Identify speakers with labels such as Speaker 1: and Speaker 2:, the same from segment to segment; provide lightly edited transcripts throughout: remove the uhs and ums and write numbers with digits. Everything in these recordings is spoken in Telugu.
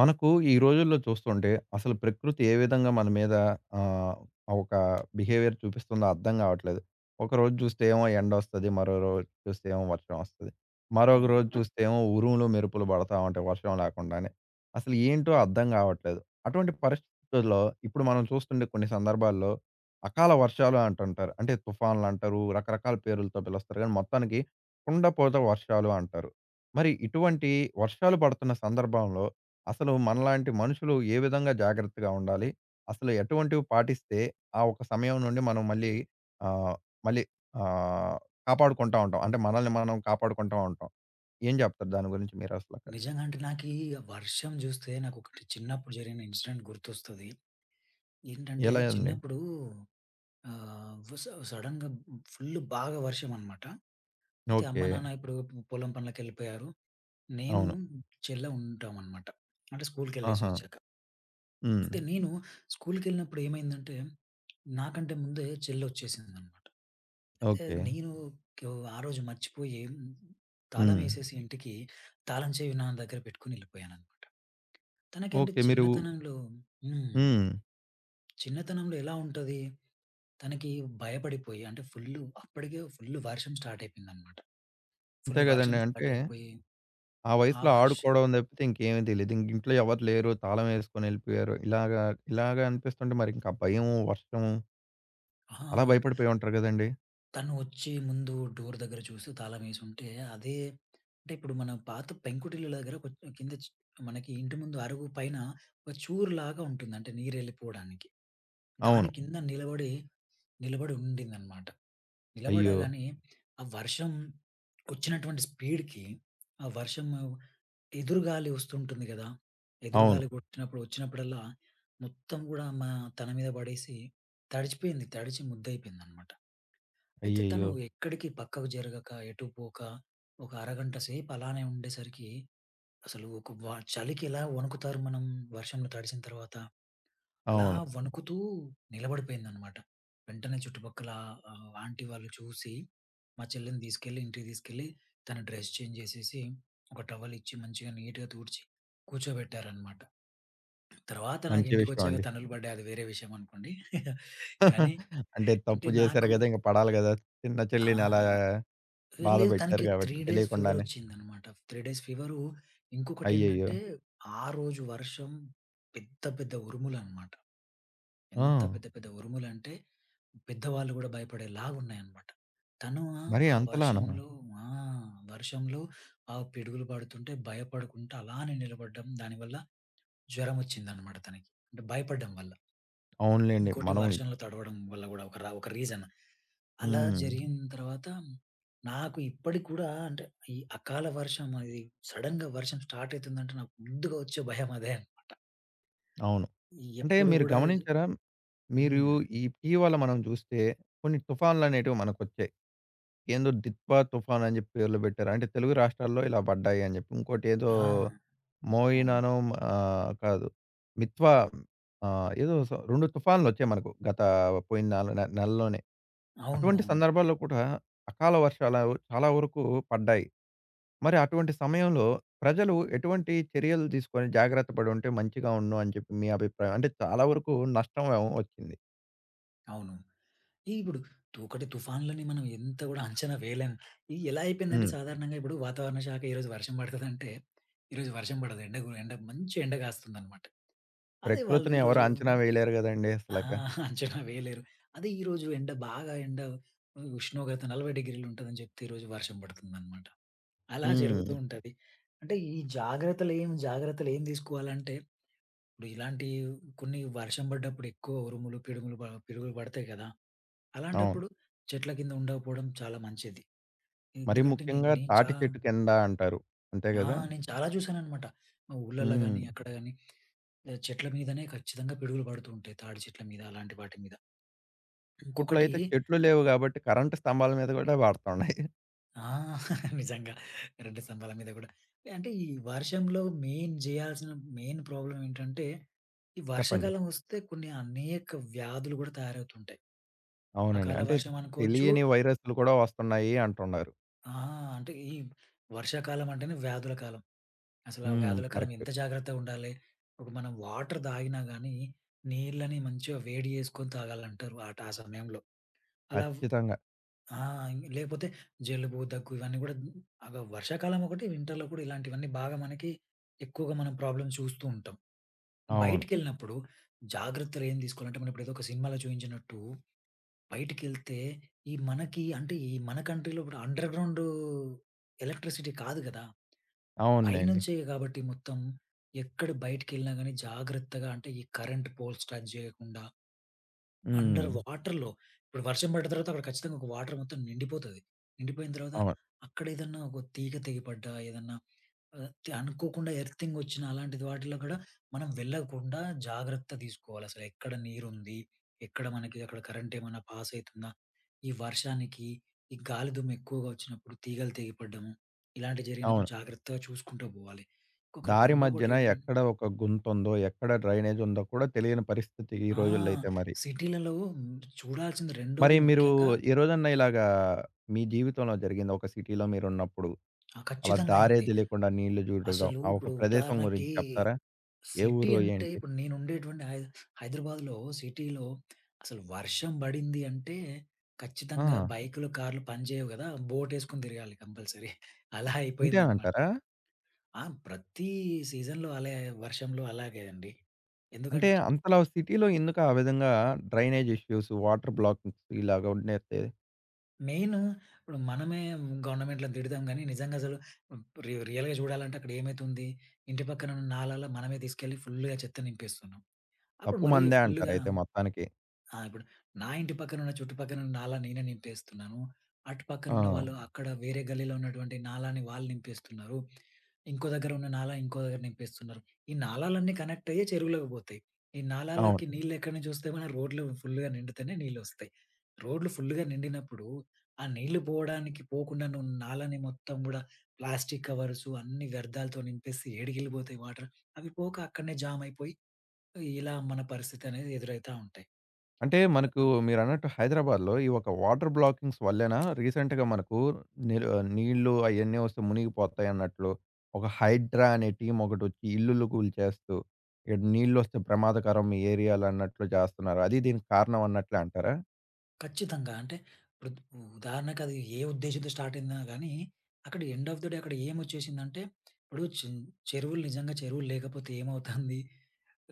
Speaker 1: మనకు ఈ రోజుల్లో చూస్తుంటే అసలు ప్రకృతి ఏ విధంగా మన మీద ఆహ్, ఒక బిహేవియర్ చూపిస్తుందో అర్థం కావట్లేదు. ఒకరోజు చూస్తే ఏమో ఎండొస్తది. మరో రోజు చూస్తే ఏమో వర్షం వస్తది. మరొక
Speaker 2: అవును.
Speaker 1: రోజు చూస్తే ఏమో ఉరుములు, మెరుపులు పడతా ఉంటాయి వర్షం లేకుండానే. అసలు ఏంటో అర్థం కావట్లేదు. అటువంటి పరిస్థితుల్లో ఇప్పుడు మనం చూస్తుండే కొన్ని సందర్భాల్లో అకాల వర్షాలు అంటుంటారు. అంటే తుఫాన్లు అంటారు. రకరకాల పేర్లతో పిలుస్తారు. కానీ మొత్తానికి కుండపోత వర్షాలు అంటారు. మరి ఇటువంటి వర్షాలు పడుతున్న సందర్భంలో అసలు మనలాంటి మనుషులు ఏ విధంగా జాగ్రత్తగా ఉండాలి? అసలు ఎటువంటివి పాటిస్తే ఆ ఒక సమయం నుండి మనం మళ్ళీ ఆహ్, మళ్ళీ ఆహ్, కాపాడుకుంటా ఉంటాం. అంటే మనల్ని మనం కాపాడుకుంటా ఉంటాం. ఏం చెప్తారు దాని గురించి మీరసలక?
Speaker 2: నిజంగా అంటే నాకీ వర్షం జూస్తే నాకొకటి చిన్నప్పుడు జరిగిన ఇన్సిడెంట్ గుర్తొస్తది. ఏంటంటే
Speaker 1: ఎలా అండి?
Speaker 2: చిన్నప్పుడు ఆహ్, వస సడెన్‌గా ఫుల్ బాగా వర్షమనమాట. అయితే అమ్మ,
Speaker 1: ఓకే.
Speaker 2: నాన్న ఇప్పుడు పొలం పనులకెళ్ళిపోయారు. నేను
Speaker 1: అవును.
Speaker 2: చేన్‌లో ఉంటామనమాట. అంటే
Speaker 1: ఆహా!
Speaker 2: స్కూల్‌కెళ్ళేసొచ్చాక.
Speaker 1: హ్మ్.
Speaker 2: అయితే నేను స్కూల్‌కెళ్ళినప్పుడు ఏమైందంటే, నాకంటే ముందే చెల్లొచ్చేసిందనమాట. అయితే
Speaker 1: ఓకే.
Speaker 2: నేను ఆ రోజు మర్చిపోయి
Speaker 1: హ్మ్.
Speaker 2: తాళమేసేసి ఇంటికి తాళం చెవి నా దగ్గర పెట్టుకొని ఎళ్ళిపోయాననమాట. తనకంటే
Speaker 1: ఓకే. మీరు
Speaker 2: చిన్నతనంలో హ్మ్.
Speaker 1: హ్మ్.
Speaker 2: చిన్నతనంలో ఎలా ఉంటది, తనకి భయపడిపోయి అంటే అప్పటికే ఫుల్లు వర్షం స్టార్ట్ అయిపోయిందనమాట.
Speaker 1: అంతే
Speaker 2: ఫుల్ వర్షం
Speaker 1: గదండీ. అంటే
Speaker 2: స్టార్ట్ అయిపోయి,
Speaker 1: ఆ
Speaker 2: ఆ
Speaker 1: వయసులో
Speaker 2: వర్షం
Speaker 1: ఆడుకోవడం తప్పితే ఇంకేమీ తెలీదు. ఇంక ఇంట్లో ఎవరు లేరు. తాళం వేసుకొని ఎళ్ళిపోయారు. ఇలాగా, ఇలాగా అనిపిస్తుంటే మరింకా భయం, వర్షం అలా
Speaker 2: ఆ!
Speaker 1: భయపడిపోయి ఉంటారు గదండీ!
Speaker 2: తను వచ్చి ముందు డోర్ దగ్గర చూసి తాళమేసుంటే, అదే అంటే ఇప్పుడు మన పాత పెంకుటిల్లు దగ్గర ఒక కింద చ్ మనకి ఇంటి ముందు అరుగు పైన ఒక చూరులాగా ఉంటుంది. అంటే నీరెళ్ళిపోవడానికి. దాని
Speaker 1: అవును.
Speaker 2: కింద నిలబడి నిలబడి ఉండిందనమాట.
Speaker 1: అయ్యో!
Speaker 2: నిలబడగానే, ఆ వర్షం వచ్చినటువంటి స్పీడ్‌కి, ఆ వర్షం ఎదురుగాలి వస్తుంటుంది గదా!
Speaker 1: అవును.
Speaker 2: ఎదురుగాలి కొట్టినప్పుడు వచ్చినప్పుడల్లా, మొత్తం గూడా తన మీద పడేసి తడిచిపోయింది. తడిచి ముద్దయిపోయిందనమాట. అయితే తను
Speaker 1: అయ్యయ్యో!
Speaker 2: ఎక్కడికి పక్కకు జరగక, ఎటు పోక, ఒక అరగంట సేపు అలానే ఉండేసరికి, అసలు ఒక వ చలికి ఎలా వణుకుతారు మనం వర్షంలో తడిసిన తర్వాత? అలా
Speaker 1: అవును.
Speaker 2: వణుకుతూ నిలబడిపోయిందనమాట. వెంటనే చుట్టుపక్కల ఆంటీ వాళ్ళు చూసి, మా చెల్లెని తీసుకెళ్ళి ఇంటికి తీసుకెళ్ళి, తన డ్రెస్ చేంజ్ చేసేసి, ఒక టవలిచ్చి మంచిగా నీట్‌గా తూడ్చి కూర్చోబెట్టారనమాట. తర్వాత నాకు
Speaker 1: మంచి విషయం
Speaker 2: ఇంటికొచ్చాక
Speaker 1: అండి.
Speaker 2: తన్నులు పడ్డాయి. అది వేరే విషయం అనుకోండి. కానీ
Speaker 1: అంటే
Speaker 2: అంటే
Speaker 1: తప్పు జేశారు
Speaker 2: నాకు
Speaker 1: గదా! ఇంక పడాలి గదా! చిన్న చెల్లిని అలా
Speaker 2: ఆహ్,
Speaker 1: బాధ
Speaker 2: లేదు
Speaker 1: బెట్టారు
Speaker 2: తనకి
Speaker 1: గాబట్టి
Speaker 2: 3 డేస్
Speaker 1: తెలియకుండానే.
Speaker 2: ఫీవరొచ్చిందనమాట. 3 డేస్ ఫీవరు.
Speaker 1: అయ్యయ్యో!
Speaker 2: ఇంకొకటేంటంటే, ఆ రోజు వర్షం పెద్ద పెద్ద ఉరుములనమాట. ఎంత
Speaker 1: ఆ!
Speaker 2: పెద్ద పెద్ద ఉరుములంటే, పెద్దవాళ్ళు గూడా భయపడేలాగున్నాయన్నమాట. తను ఆ
Speaker 1: మరి
Speaker 2: ఆ
Speaker 1: అంతలానా?
Speaker 2: వర్షంలో ఆ! వర్షంలో ఆ పిడుగులు పడుతుంటే భయపడకుండా అలానే నిలబడ్డం. దానివల్ల జ్వరమొచ్చిందన్నమాట తనకి. అంటే భయపడ్డం వల్ల.
Speaker 1: అవునులెండి.
Speaker 2: ఇంకోటి
Speaker 1: మనం
Speaker 2: వర్షంలో తడవడం వల్ల గూడా ఒక రీజన్. అలా
Speaker 1: హ్మ్.
Speaker 2: జరిగిన తర్వాత నాకు ఇప్పటికి కూడా అంటే ఈ అకాల వర్షం అది సడెన్‌గా వర్షం స్టార్ట్ అయితుందంటే నాకు ముందుగా వచ్చే భయం అదే.
Speaker 1: అవును. అంటే
Speaker 2: ఎప్పుడు
Speaker 1: మీరు
Speaker 2: గూడా
Speaker 1: గమనించారా? మీరు
Speaker 2: హ్మ్.
Speaker 1: ఇటీవల మనం జూస్తే కొన్ని తుఫాన్లనేటివి మనకొచ్చాయి. ఏందో 'దిత్వా' తుఫాన్ అని జెప్పి పేర్లు బెట్టారు. అంటే తెలుగు రాష్ట్రాల్లో ఇలా పడ్డాయి అని జెప్పి. ఇంకోటేదో
Speaker 2: ఆ! అవును.
Speaker 1: మోయినానో కాదు. 'మిత్వా' ఏదో 2 తుఫాన్‌లొచ్చాయి మనకు గత పోయిన నాలు నె నెలలోనే.
Speaker 2: అవును.
Speaker 1: అటువంటి
Speaker 2: అవును.
Speaker 1: సందర్భాల్లో కూడా అకాల వర్షాలు చాలా వరకు పడ్డాయి. మరి అటువంటి సమయంలో ప్రజలు ఎటువంటి చర్యలు తీసుకొని జాగ్రత్త పడుంటే మంచిగా ఉండును అని చెప్పి మీ అభిప్రాయం? అంటే చాలా వరకు నష్టం ఏమో వచ్చింది.
Speaker 2: అవును. ఇప్పుడు ఒకటి తుఫాన్లని మనం ఎంత కూడా అంచనా వేయలేం. ఇది ఎలా అయిపోయిందంటే
Speaker 1: హ్మ్.
Speaker 2: సాధారణంగా ఇప్పుడు వాతావరణ శాఖ ఈరోజు వర్షం పడతదంటే, ఈరోజు వర్షం పడదు. ఎండ గు ఎండ మంచి ఎండ కాస్తుందన్నమాట. అదే వాళ్ళు
Speaker 1: ప్రకృతిని ఎవరు
Speaker 2: ఈరోజు
Speaker 1: అంచనా
Speaker 2: హ్మ్.
Speaker 1: వేయలేరు గదండీ
Speaker 2: ఆ!
Speaker 1: అసలక.
Speaker 2: అంచనా వేయలేరు. అదే ఈరోజు ఎండ బాగా ఎండ ఉష్ణోగ్రత 40 ఉంటదని చెప్తే ఈరోజు వర్షం పడుతుందన్నమాట. అలా జరుగుతూ
Speaker 1: హ్మ్.
Speaker 2: ఉంటది. అంటే ఈ జాగ్రత్తలు ఏం జాగ్రత్తలు ఏం తీసుకోవాలంటే, ఇప్పుడు ఇలాంటి కొన్ని వర్షం పడ్డప్పుడు ఎక్కువ ఉరుములు, పిడుగులు పడతాయి కదా!
Speaker 1: అవును.
Speaker 2: అలాంటప్పుడు చెట్ల కింద ఉండకపోవడం చాలా మంచిది.
Speaker 1: మరీ
Speaker 2: ఎందుకంటే నేను
Speaker 1: ముఖ్యంగా
Speaker 2: నేను చా
Speaker 1: తాటి చెట్టు కింద అంటారు. అంతే
Speaker 2: ఆ!
Speaker 1: గదా!
Speaker 2: నేను చాలా చూసాననమాట. ఊర్లల్లో
Speaker 1: హ్మ్.
Speaker 2: గాని, అక్కడ గాని చెట్ల మీదనే ఖచ్చితంగా పిడుగులు పడుతూ ఉంటాయి. తాడి చెట్ల మీద అలాంటి వాటి మీద.
Speaker 1: ఇప్పట్లో
Speaker 2: ఇంకొకటి
Speaker 1: అయితే చెట్లు లేవు గాబట్టి కరెంట్ స్తంభాల మీద గూడా వాడుతున్నాయి.
Speaker 2: ఆ! నిజంగా. రెండు స్తంభాల మీద కూడా. అంటే ఈ వర్షంలో మెయిన్ ప్రాబ్లమ్ ఏంటంటే, ఈ
Speaker 1: చెప్పండి.
Speaker 2: వర్షాకాలం వస్తే కొన్ని అనేక వ్యాధులు కూడా తయారవుతుంటాయి.
Speaker 1: అవునండి.
Speaker 2: అకాల
Speaker 1: అంటే
Speaker 2: వర్షం అనుకోవచ్చు.
Speaker 1: తెలియని వైరస్‌లు కూడా వస్తున్నాయి అంటున్నారు.
Speaker 2: ఆ! అంటే ఈ వర్షాకాలం అంటేనే వ్యాధుల కాలం. అసలు ఆ
Speaker 1: హ్మ్.
Speaker 2: వ్యాధుల కాలం
Speaker 1: కరెక్ట్.
Speaker 2: ఎంత జాగ్రత్తగా ఉండాలి. ఇప్పుడు మనం వాటర్ తాగినా గానీ, నీళ్ళని మంచిగా వేడి చేసుకొని తాగాలంటారు ఆ సమయంలో. అలా
Speaker 1: ఖచ్చితంగా.
Speaker 2: ఆ! లేకపోతే జలుబు, దగ్గు ఇవన్నీ గూడా వర్షాకాలం ఒకటి, వింటర్‌లో కూడా ఇలాంటివన్నీ బాగా మనకి ఎక్కువగా మనం ప్రాబ్లమ్ చూస్తూ ఉంటాం.
Speaker 1: అవును.
Speaker 2: బయటికెళ్ళినప్పుడు జాగ్రత్తలు ఏం తీసుకోవాలంటే, మనం ఇప్పుడు ఏదో ఒక సినిమాలో చూయించినట్టు బయటికెళ్తే ఈ మన కంట్రీలో కూడా అండర్‌గ్రౌండ్ ఎలక్ట్రిసిటీ కాదు గదా!
Speaker 1: అవునులెండి.
Speaker 2: పైనుంచే కాబట్టి మొత్తం ఎక్కడ బయటికెళ్ళినా గాని జాగ్రత్తగా అంటే ఈ కరెంట్ పోల్స్ టచ్ చేయకుండా
Speaker 1: హ్మ్.
Speaker 2: అండర్ వాటర్‌లో ఇప్పుడు వర్షం పడ్డ తర్వాత అక్కడ ఖచ్చితంగా ఒక వాటర్ మొత్తం నిండిపోతది. నిండిపోయిన తర్వాత
Speaker 1: అవును.
Speaker 2: అక్కడ ఏదన్నా ఒక తీగ తెగిపడ్డా ఏదన్నా ఆహ్, తి అనుకోకుండా ఎర్తింగ్ వచ్చిన అలాంటిది వాటిలో కూడా మనం వెళ్ళకుండా జాగ్రత్త తీసుకోవాలి. అసలు ఎక్కడ నీరుంది? ఎక్కడ మనకి అక్కడ కరెంట్ ఏమైనా పాస్ అయితుందా? ఈ వర్షానికి, ఈ గాలి దుమ్ము ఎక్కువగా వచ్చినప్పుడు తీగలు తెగిపడడము, ఇలాంటివి జరిగినప్పుడు
Speaker 1: అవును.
Speaker 2: జాగ్రత్తగా చూసుకుంటూ పోవాలి. ఇంకొక
Speaker 1: దారి
Speaker 2: రెండోకటి
Speaker 1: మధ్యన
Speaker 2: ఏంటంటే
Speaker 1: ఎక్కడ ఒక గుంతుందో, ఎక్కడ డ్రైనేజ్ ఉందో కూడా తెలియని పరిస్థితి ఈ
Speaker 2: ఆ!
Speaker 1: రోజుల్లో అయితే మరి.
Speaker 2: సిటీలలో చూడాల్సింది
Speaker 1: మరి
Speaker 2: రెండోది
Speaker 1: మీరు
Speaker 2: ముఖ్యంగా
Speaker 1: ఈ రోజన్నా ఇలాగా మీ జీవితంలో జరిగిందా? ఒక సిటీలో మీరున్నప్పుడు అలా
Speaker 2: ఖచ్చితంగా
Speaker 1: దారే
Speaker 2: అయింది.
Speaker 1: తెలీకుండా నీళ్లు చూడడం,
Speaker 2: అసలు
Speaker 1: ఆ ఒక
Speaker 2: ఇప్పుడు
Speaker 1: ప్రదేశం
Speaker 2: ఉదాహరణకి
Speaker 1: గురించి చెప్తారా? ఏ
Speaker 2: సిటీ
Speaker 1: ఊరు
Speaker 2: అంటే
Speaker 1: ఏంటి?
Speaker 2: ఇప్పుడు నేనుండేటువంటి హైదరాబాద్‌లో సిటీలో అసలు వర్షం బడింది అంటే ఖచ్చితంగా
Speaker 1: ఆ!
Speaker 2: బైకులు, కార్లు పనిచేయవు గదా! బోటేసుకొని తిరగాలి కంపల్సరీ. అలా
Speaker 1: అంతే
Speaker 2: అయిపోయిందనమాట.
Speaker 1: అంటారా?
Speaker 2: ప్రతి సీజన్‌లో అలే వర్షంలో అలాగే అండి.
Speaker 1: అంటే
Speaker 2: ఎందుకంటే
Speaker 1: అంతలా సిటీలో ఎందుకు ఆ విధంగా డ్రైనేజ్ ఇష్యూస్, వాటర్ బ్లాకింగ్స్ ఇలాగ ఉండేతే
Speaker 2: మెయిను ఇప్పుడు మనమే గవర్నమెంట్‌లని తిడతాం గానీ నిజంగా అసలు రియల్‌గా చూడాలంటే అక్కడ ఏమైతుంది? ఇంటి పక్కన ఉన్న నాలాల మనమే తీసుకెళ్ళి ఫుల్‌గా చెత్త నింపేస్తున్నాం. అప్పుడు
Speaker 1: తప్పు
Speaker 2: మరీ
Speaker 1: మందే
Speaker 2: ఫుల్‌గా
Speaker 1: అంటారైతే మొత్తానికి.
Speaker 2: ఆ! ఇప్పుడు నా ఇంటి పక్కనున్న చుట్టుపక్కనున్న నాలా నేనే నింపేస్తున్నాను. అటు
Speaker 1: ఆ!
Speaker 2: పక్కనున్న వాళ్ళు అక్కడ వేరే గల్లీలో ఉన్నటువంటి నాలాని వాళ్ళు నింపేస్తున్నారు. ఇంకో దగ్గర ఉన్న నాలా ఇంకో దగ్గర నింపేస్తున్నారు. ఈ నాలాలన్నీ కనెక్ట్ అయ్యి చెరువులోకి పోతాయి. ఈ
Speaker 1: అవును.
Speaker 2: నాలాలకి నీళ్ళెక్కడి నుంచొస్తాయి? మన రోడ్లు ఫుల్‌గా నిండితేనే నీళ్ళొస్తాయి. రోడ్లు ఫుల్‌గా నిండినప్పుడు ఆ నీళ్లు పోవడానికి పోకుండా నువ్వు నాలాని మొత్తం గూడా ప్లాస్టిక్ కవర్సు అన్ని వ్యర్థాలతో నింపేసి ఏడికెళ్ళిపోతాయి వాటర్. అవి పోక అక్కడనే జామ్ అయిపోయి ఇలా మన పరిస్థితి అనేది ఎదురైతా ఉంటాయి.
Speaker 1: అంటే మనకు మీరన్నట్టు హైదరాబాద్‌లో ఈ ఒక వాటర్ బ్లాకింగ్స్ వల్లేనా రీసెంట్‌గా మనకు నీరు నీళ్ళు అయన్నీ వస్తే మునిగిపోతాయి అన్నట్లు ఒక హైడ్రా అనే టీమ్ ఒకటొచ్చి ఇల్లులు కూల్చేస్తూ ఇక్కడ నీళ్ళొస్తే ప్రమాదకరం మీ ఏరియాలో అన్నట్లు చేస్తున్నారు. అది దీనికి కారణం అన్నట్లే అంటారా?
Speaker 2: ఖచ్చితంగా. అంటే ఇప్పుడు ఉదాహరణకు అది ఏ ఉద్దేశంతో స్టార్ట్ అయిందా గానీ, అక్కడ ఎండ్ ఆఫ్ ది డే అక్కడ ఏమొచ్చేసిందంటే, ఇప్పుడు చె చెరువులు నిజంగా చెరువులు లేకపోతే ఏమవుతుంది?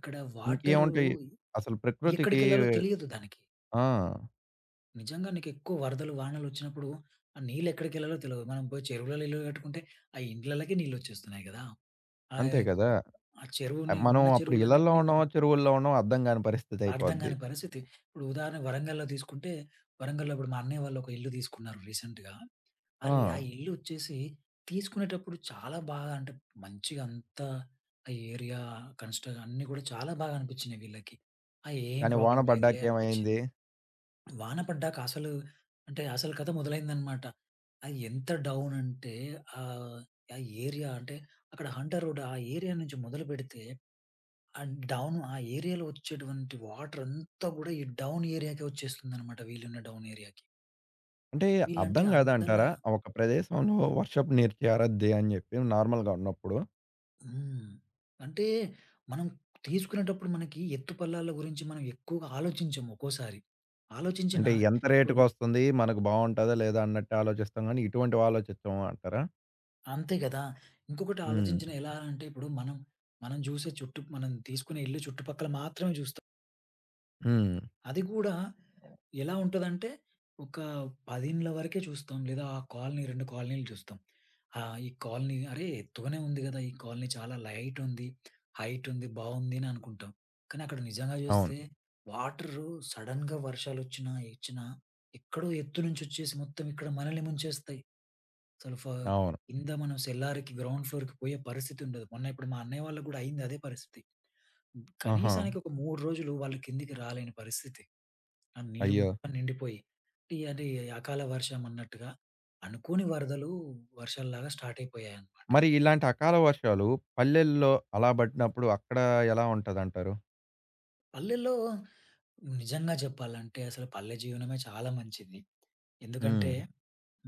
Speaker 2: ఇక్కడ వాటరు
Speaker 1: ఇంకేముంటాయి అసలు ప్రకృతికి
Speaker 2: ఎక్కడికెళ్ళాలో తెలియదు దానికి.
Speaker 1: ఆ!
Speaker 2: నిజంగా నీకెక్కువ వరదలు, వానలొచ్చినప్పుడు ఆ నీళ్ళెక్కడికెళ్ళాలో తెలవదు. మనం పోయి చెరువులలో ఇల్లు కట్టుకుంటే, ఆ ఇండ్లలకే నీళ్ళొచ్చేస్తున్నాయి గదా! ఆహ్,
Speaker 1: అంతే కదా!
Speaker 2: ఆ ఆ చెరువుని
Speaker 1: మనం
Speaker 2: ఉన్న
Speaker 1: అప్పుడు ఇళ్లల్లో
Speaker 2: చెరువులన్నిటిని
Speaker 1: ఉన్నామో, చెరువుల్లో ఉన్నామో అర్థం గాని పరిస్థితి
Speaker 2: అర్థం
Speaker 1: అయిపోద్ది.
Speaker 2: గాని పరిస్థితి. ఇప్పుడు ఉదాహరణ వరంగల్‌లో తీసుకుంటే, వరంగల్‌లో ఇప్పుడు మా అన్నయ్య వాళ్ళు ఒక ఇల్లు తీసుకున్నారు రీసెంట్‌గా.
Speaker 1: ఆ!
Speaker 2: అరె! ఆ ఇల్లు వచ్చేసి తీసుకునేటప్పుడు చాలా బాగా అంటే మంచిగా అంతా ఆ ఏరియా కన్‌స్ట్రక్ట్ అన్నీ కూడా చాలా బాగా అనిపించినాయి వీళ్ళకి. ఆ ఏం
Speaker 1: కానీ వాన
Speaker 2: ప్రాబ్లమ్
Speaker 1: పడ్డాక
Speaker 2: లేదులే
Speaker 1: ఏమైంది?
Speaker 2: అనిపించింది. వాన పడ్డాక అసలు అంటే అసలు కథ మొదలైందనమాట. అది ఎంత డౌన్ అంటే ఆహ్, ఆ ఏరియా అంటే అక్కడ హంటర్ రోడ్ ఆ ఏరియా నుంచి మొదలుపెడితే ఆ డౌన్ ఆ ఏరియాలో వచ్చేటువంటి వాటర్ అంతా కూడా ఈ డౌన్ ఏరియాకే వచ్చేస్తుందనమాట వీళ్ళున్న డౌన్ ఏరియాకి.
Speaker 1: అంటే
Speaker 2: వీళ్ళంటే
Speaker 1: అర్థం
Speaker 2: అంతలా
Speaker 1: కాదంటారా? ఒక ప్రదేశంలో వర్షపు నీరు చేరద్ది అని చెప్పి నార్మల్‌గా ఉన్నప్పుడు.
Speaker 2: హ్మ్. అంటే మనం తీసుకునేటప్పుడు మనకి ఎత్తుపల్లాల గురించి మనం ఎక్కువగా ఆలోచించము ఒక్కోసారి.
Speaker 1: అంటే
Speaker 2: ఆలోచించినా
Speaker 1: ఎంత
Speaker 2: ఇప్పుడు
Speaker 1: రేటుకొస్తుంది? మనకు బావుంటదా? లేదా? అన్నట్టు ఆలోచిస్తాం గానీ, ఇటువంటివి ఆలోచించము అంటారా?
Speaker 2: అంతే కదా! ఇంకొకటి
Speaker 1: హ్మ్.
Speaker 2: ఆలోచించిన ఎలా అంటే మనం చూసే చుట్టు మనం తీసుకునే ఇల్లు చుట్టుపక్కల మాత్రమే చూస్తాం.
Speaker 1: హ్మ్.
Speaker 2: అది కూడా ఎలా ఉంటదంటే, ఒక 10 ఇండ్ల వరకే చూస్తాం. లేదా ఆ కాలనీ 2 కాలనీలు చూస్తాం. ఈ కాలనీ అరే! ఎత్తుగానే ఉంది గదా! ఈ కాలనీ చాలా లైట్ ఉంది. హైట్ ఉంది. బావుంది అని అనుకుంటాం. కానీ అక్కడ నిజంగా
Speaker 1: అవును.
Speaker 2: చూస్తే వాటరు సడెన్‌గా వర్షాలొచ్చినా, ఇచ్చినా ఎక్కడో ఎత్తు నుంచి వచ్చేసి మొత్తం ఇక్కడ మనల్ని ముంచేస్తాయి. అసలు ఫ
Speaker 1: అవును.
Speaker 2: కింద మనం సెల్లార్‌కి గ్రౌండ్ ఫ్లోర్‌కి పోయే పరిస్థితి ఉండదు. మొన్న ఇప్పుడు మా అన్నయ్య వాళ్ళకి గూడా అయింది అదే పరిస్థితి.
Speaker 1: ఆహా!
Speaker 2: కనీసానికి ఒక 3 రోజులు వాళ్ళు కిందికి రాలేని పరిస్థితి. ఆ నీరు
Speaker 1: అయ్యో!
Speaker 2: మొత్తం నిండిపోయి టీ అంటే అకాల వర్షం అన్నట్టుగా అనుకోని వరదలు వర్షాల్లాగా స్టార్ట్ అయిపోయాయన్నమాట.
Speaker 1: మరి ఇలాంటి అకాల వర్షాలు పల్లెల్లో అలా పడినప్పుడు అక్కడ ఎలా ఉంటదంటారు?
Speaker 2: పల్లెల్లో నిజంగా చెప్పాలంటే అసలు పల్లె జీవనమే చాలా మంచిది. ఎందుకంటే
Speaker 1: హ్మ్.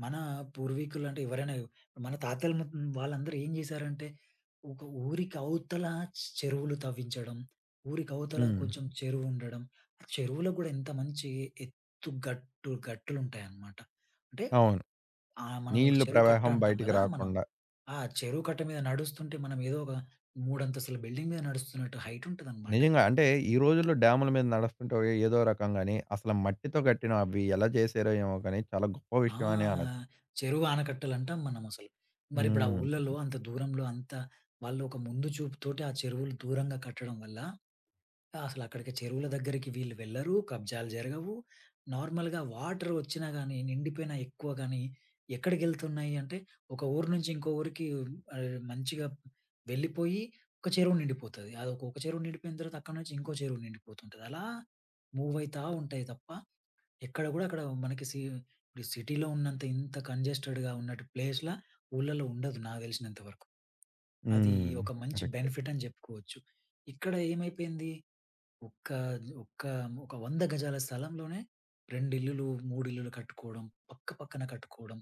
Speaker 2: మన పూర్వీకులు అంటే ఎవరైనా మన తాతల ము వాళ్ళందరూ ఏం చేశారంటే ఒక ఊరికి అవతల చెరువులు తవ్వించడం, ఊరికి అవతల
Speaker 1: హ్మ్.
Speaker 2: కొంచెం చెరువు ఉండడం. ఆ చెరువులో కూడా ఎంత మంచి ఎత్తు గట్టు గట్టులుంటాయన్నమాట. అంటే
Speaker 1: అవును.
Speaker 2: ఆ! మనం ఇప్పుడు
Speaker 1: నీళ్లు
Speaker 2: చెరువు కట్ట
Speaker 1: ప్రవాహం
Speaker 2: అంటాం
Speaker 1: బయటికి
Speaker 2: గదా! మనం.
Speaker 1: రాకుండా
Speaker 2: ఆ చెరువు కట్ట మీద నడుస్తుంటే మనం ఏదో ఒక మూడంతస్తుల బిల్డింగ్ మీద నడుస్తున్నట్టు హైట్ ఉంటదనమాట.
Speaker 1: నిజంగా. అంటే ఈ రోజుల్లో డ్యాముల మీద నడుస్తుంటే ఏదో రకంగాని, అసలు మట్టితో కట్టిన అవి ఎలా చేశారో ఏమో కానీ చాలా గొప్ప విషయం అనే అనొచ్చు.
Speaker 2: ఆ! చెరువు ఆనకట్టలంటాం మనం అసలు. మరి ఇప్పుడు ఆ
Speaker 1: హ్మ్.
Speaker 2: ఊర్లలో అంత దూరంలో అంత వాళ్ళు ఒక ముందు చూపుతోటి ఆ చెరువులు దూరంగా కట్టడం వల్ల అసలక్కడికి చెరువుల దగ్గరికి వీళ్ళు వెళ్లరు. కబ్జాలు జరగవు. నార్మల్‌గా వాటర్ వచ్చినా గాని, నిండిపోయినా ఎక్కువ గాని, ఎక్కడికెళ్తున్నాయి అంటే, ఒక ఊరు నుంచి ఇంకో ఊరికి మంచిగా వెళ్ళిపోయి ఒక చెరువు నిండిపోతది. అదొక ఒక ఒక చెరువు నిండిపోయిన తర్వాత అక్కడి నుంచి ఇంకో చెరువు నిండిపోతుంటది. అలా మూవ్ అయితా ఉంటాయి తప్ప, ఎక్కడ గూడా అక్కడ మనకి సి ఇప్పుడు సిటీలో ఉన్నంత ఇంత కంజెస్టెడ్‌గా ఉన్నట్టు ప్లేస్‌లా ఊర్లలో ఉండదు నాకు తెలిసినంత వరకు. అది
Speaker 1: హ్మ్.
Speaker 2: ఒక మంచి
Speaker 1: కరెక్టే.
Speaker 2: బెనిఫిట్ అని చెప్పుకోవచ్చు. ఇక్కడ ఏమైపోయింది ఒక్క ఒక్క ఒక 100 గజాల స్థలంలోనే 2 ఇల్లులు, 3 ఇల్లులు కట్టుకోవడం. పక్క పక్కన కట్టుకోవడం.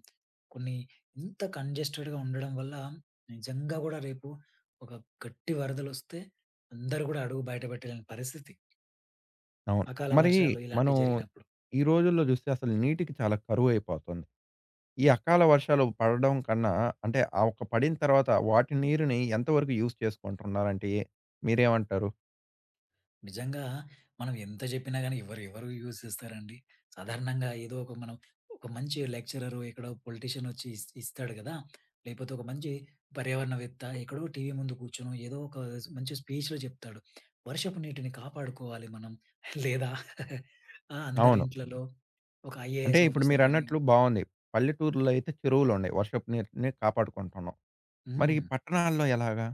Speaker 2: కొన్ని ఇంత కంజెస్టెడ్‌గా ఉండడం వల్ల నిజంగా గూడా రేపు ఒక గట్టి వరదలొస్తే అందరూ గూడా అడుగు బయట పెట్టలేని పరిస్థితి.
Speaker 1: అవును.
Speaker 2: అకాల
Speaker 1: మరి
Speaker 2: వర్షాలు హ్మ్.
Speaker 1: మనం
Speaker 2: ఇలాంటివి జరిగినప్పుడు.
Speaker 1: ఈ రోజుల్లో చూస్తే అసలు నీటికి చాలా కరువైపోతుంది. ఈ అకాల వర్షాలు పడడం కన్నా అంటే ఆ ఒక్క పడిన తర్వాత వాటి నీరుని ఎంతవరకు యూజ్ చేసుకుంటున్నారంటే ఏ- మీరేమంటారు?
Speaker 2: నిజంగా మనం ఎంత చెప్పినా గాని ఎవరు ఎవరు యూజ్ చేస్తారండి? సాధారణంగా ఏదో ఒక మనం ఒక మంచి లెక్చరర్ ఎక్కడో పొలిటీషియన్ వచ్చి ఇస్తాడు గదా! లేకపోతే ఒక మంచి పర్యావరణవేత్త ఎక్కడో టీవీ ముందు కూర్చొనో ఏదో ఒక మంచి స్పీచ్‌లో చెప్తాడు. వర్షపు నీటిని కాపాడుకోవాలి మనం. లేదా అందరి
Speaker 1: అవును.
Speaker 2: ఇంట్లలో ఒక
Speaker 1: అంటే
Speaker 2: ఐఏఎస్
Speaker 1: ఇప్పుడు
Speaker 2: ఆఫీసర్ గాని
Speaker 1: మీరన్నట్లు బావుంది. పల్లెటూర్లో అయితే చెరువులున్నాయి. వర్షపు నీటిని కాపాడుకుంటున్నాం. మరి ఈ
Speaker 2: హ్మ్.
Speaker 1: పట్టణాల్లో ఎలాగా?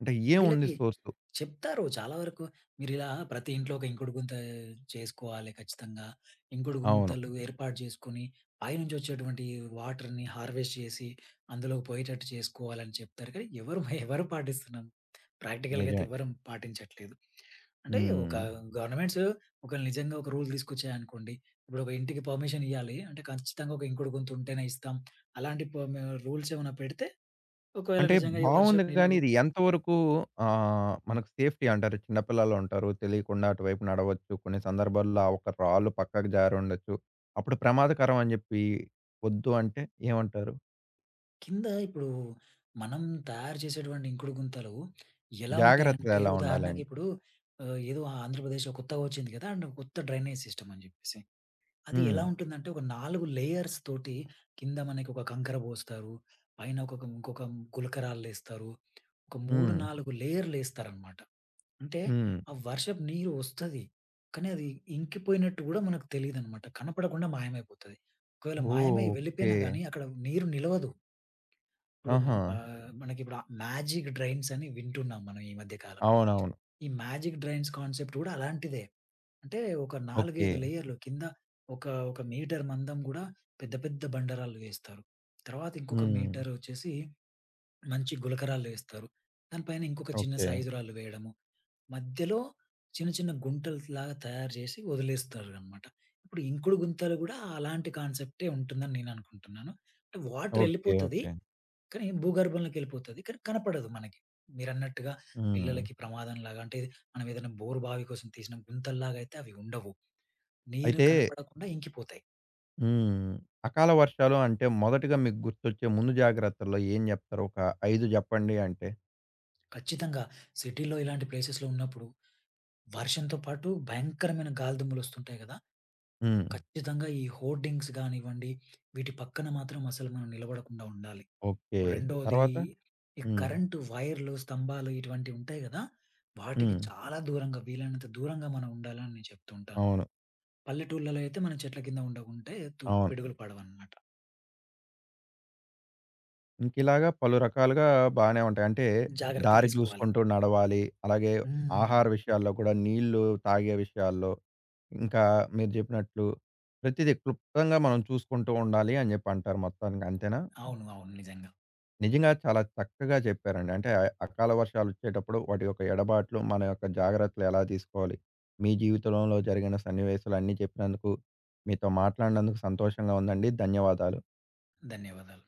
Speaker 1: అంటే ఏముంది
Speaker 2: వీళ్ళకి
Speaker 1: సోర్సు?
Speaker 2: చెప్తారు. చాలా వరకు మీరిలా ప్రతి ఇంట్లో ఒక ఇంకుడు గుంత చేసుకోవాలి ఖచ్చితంగా. ఇంకుడు
Speaker 1: అవును.
Speaker 2: గుంతలు ఏర్పాటు చేసుకొని, పైనుంచొచ్చేటువంటి వాటర్‌ని హార్వెస్ట్ చేసి, అందులోకి పోయేటట్టు చేసుకోవాలని చెప్తారు. కానీ ఎవరు ఎవరు పాటిస్తున్నాం? ప్రాక్టికల్‌గా అయితే
Speaker 1: నిజమే.
Speaker 2: ఎవ్వరం పాటించట్లేదు. అంటే
Speaker 1: హ్మ్.
Speaker 2: ఒక గవర్నమెంట్స్ ఒక నిజంగా ఒక రూల్ తీసుకొచ్చాయనుకోండి. ఇప్పుడు ఒక ఇంటికి పర్మిషన్ ఇయ్యాలి. అంటే ఖచ్చితంగా ఒక ఇంకుడు గుంత ఉంటేనే ఇస్తాం. అలాంటి ప మ రూల్స్ ఏమైనా పెడితే ఒకవేళ
Speaker 1: అంటే
Speaker 2: నిజంగా ఈ
Speaker 1: బావుంది
Speaker 2: వర్షపు నీళ్లు
Speaker 1: గానీ, ఇది ఎంతవరకు మనకు సేఫ్టీ అంటారు? చిన్న పిల్లలుంటారు. తెలియకుండా అటువైపు నడవచ్చు. కొన్ని సందర్భాల్లో ఆ ఒక్క రాళ్ళు పక్కకు జారుండొచ్చు. అప్పుడు ప్రమాదకరం అని జెప్పి వద్దు అంటే ఏమంటారు?
Speaker 2: కింద ఇప్పుడు మనం తయారు చేసేటువంటి ఇంకుడు గుంతలు ఎలా
Speaker 1: జాగ్రత్తలు
Speaker 2: ఉంటాయంటే
Speaker 1: ఎలా
Speaker 2: ఉదాహరణకి
Speaker 1: ఉండాలండి?
Speaker 2: ఇప్పుడు ఏదో ఆంధ్రప్రదేశ్‌లో కొత్తగా వచ్చింది కదా! అండ్ కొత్త డ్రైనేజ్ సిస్టమ్ అని జెప్పేసి. అది
Speaker 1: హ్మ్.
Speaker 2: ఎలా ఉంటుందంటే ఒక 4 లేయర్స్ తోటి కింద మనకి ఒక కంకర పోస్తారు. పైన ఒక ఇంకొక గులకరాళ్ళేస్తారు. ఒక 3,
Speaker 1: హ్మ్.
Speaker 2: 4 లేయర్‌లేస్తారనమాట. అంటే
Speaker 1: హ్మ్.
Speaker 2: ఆ వర్షపు నీరు వస్తది. కానీ అది ఇంకిపోయినట్టు గూడా మనకు తెలీదనమాట. కనపడకుండా మాయమైపోతది. ఒకవేళ
Speaker 1: ఓహ్!
Speaker 2: మాయమై
Speaker 1: ఓకే.
Speaker 2: వెళ్ళిపోయినా గానీ అక్కడ నీరు నిలవదు. ఇప్పుడు
Speaker 1: ఆహా!
Speaker 2: మనకిప్పుడు మ్యాజిక్ డ్రైన్స్ అని వింటున్నాం మనం ఈ మధ్య కాలంలో.
Speaker 1: అవునవును.
Speaker 2: ఈ మ్యాజిక్ డ్రైన్స్ కాన్సెప్ట్ గూడా అలాంటిదే. అంటే ఒక 4,
Speaker 1: ఓకే.
Speaker 2: 5 లేయర్‌లు కింద ఒక, ఒక మీటర్ మందం గూడా పెద్ద పెద్ద బండరాళ్ళు వేస్తారు. తర్వాత ఇంకొక
Speaker 1: హ్మ్.
Speaker 2: మీటర్ వచ్చేసి మంచి గులకరాళ్ళు వేస్తారు. దానిపైన ఇంకొక చిన్న
Speaker 1: ఓకే.
Speaker 2: సైజు రాళ్ళు వేయడము. మధ్యలో చిన్న చిన్న గుంటల్లాగా తయారు చేసి వదిలేస్తారనమాట. ఇప్పుడు ఇంకుడు గుంతలు గూడా అలాంటి కాన్సెప్టే ఉంటుందని నేను అనుకుంటున్నాను. అంటే వాటర్
Speaker 1: ఓకే.
Speaker 2: ఎళ్ళిపోతది.
Speaker 1: ఓకే.
Speaker 2: కానీ భూగర్భంలోకెళ్ళిపోతది. కానీ కనపడదు మనకి. మీరన్నట్టుగా
Speaker 1: హ్మ్.
Speaker 2: పిల్లలకి ప్రమాదంలాగా అంటే మనం ఏదైనా బోరు బావి కోసం తీసిన గుంతల్లాగా అయితే అవి ఉండవు. నీరు
Speaker 1: అయితే
Speaker 2: కనపడకుండా ఇంకిపోతాయి.
Speaker 1: హ్మ్. అకాల వర్షాలు అంటే మొదటగా మీకు గుర్తొచ్చే ముందు జాగ్రత్తల్లో ఏం జెప్తారు? ఒక 5 జెప్పండి అంటే?
Speaker 2: ఖచ్చితంగా సిటీలో ఇలాంటి ప్లేసెస్‌లో ఉన్నప్పుడు వర్షంతో పాటు భయంకరమైన గాలిదుమ్ములొస్తుంటాయి గదా!
Speaker 1: హ్మ్.
Speaker 2: ఖచ్చితంగా ఈ హోర్డింగ్స్ గానివ్వండి, వీటి పక్కన మాత్రం అసలు మనం నిలబడకుండా ఉండాలి.
Speaker 1: ఓకే.
Speaker 2: రెండోది
Speaker 1: తర్వాత?
Speaker 2: ఈ
Speaker 1: హ్మ్.
Speaker 2: కరెంటు వైర్లు, స్తంభాలు ఇటువంటివి ఉంటాయి గదా! వాటికి
Speaker 1: హ్మ్.
Speaker 2: చాలా దూరంగా వీలైనంత దూరంగా మనం ఉండాలని నేను చెప్తూ ఉంటాను.
Speaker 1: అవును.
Speaker 2: పల్లెటూళ్ళలో అయితే మనం చెట్ల కింద ఉండకుంటే
Speaker 1: అవును.
Speaker 2: పిడుగులు పడవన్నమాట.
Speaker 1: ఇంకిలాగా పలు రకాలుగా బానే ఉంటాయి. అంటే
Speaker 2: జాగ్రత్తలు
Speaker 1: దారి
Speaker 2: తీసుకోవాలి.
Speaker 1: జూసుకుంటూ నడవాలి. అలాగే ఆహార
Speaker 2: హ్మ్.
Speaker 1: విషయాల్లో కూడా నీళ్లు తాగే విషయాల్లో, ఇంకా మీరు జెప్పినట్లు ప్రతిదీ క్లుప్తంగా మనం చూసుకుంటూ ఉండాలి అని జెప్పి అంటారు మొత్తానికి. అంతేనా?
Speaker 2: అవును. అవును. నిజంగా.
Speaker 1: నిజంగా చాలా చక్కగా చెప్పారండి. అంటే అకాల వర్షాలొచ్చేటప్పుడు వాటి యొక్క ఎడబాట్లు, మన యొక్క జాగ్రత్తలు ఎలా తీసుకోవాలి, మీ జీవితంలో జరిగిన సన్నివేశాలు అన్నీ చెప్పినందుకు, మీతో మాట్లాడినందుకు సంతోషంగా ఉందండి. ధన్యవాదాలు.
Speaker 2: ధన్యవాదాలు.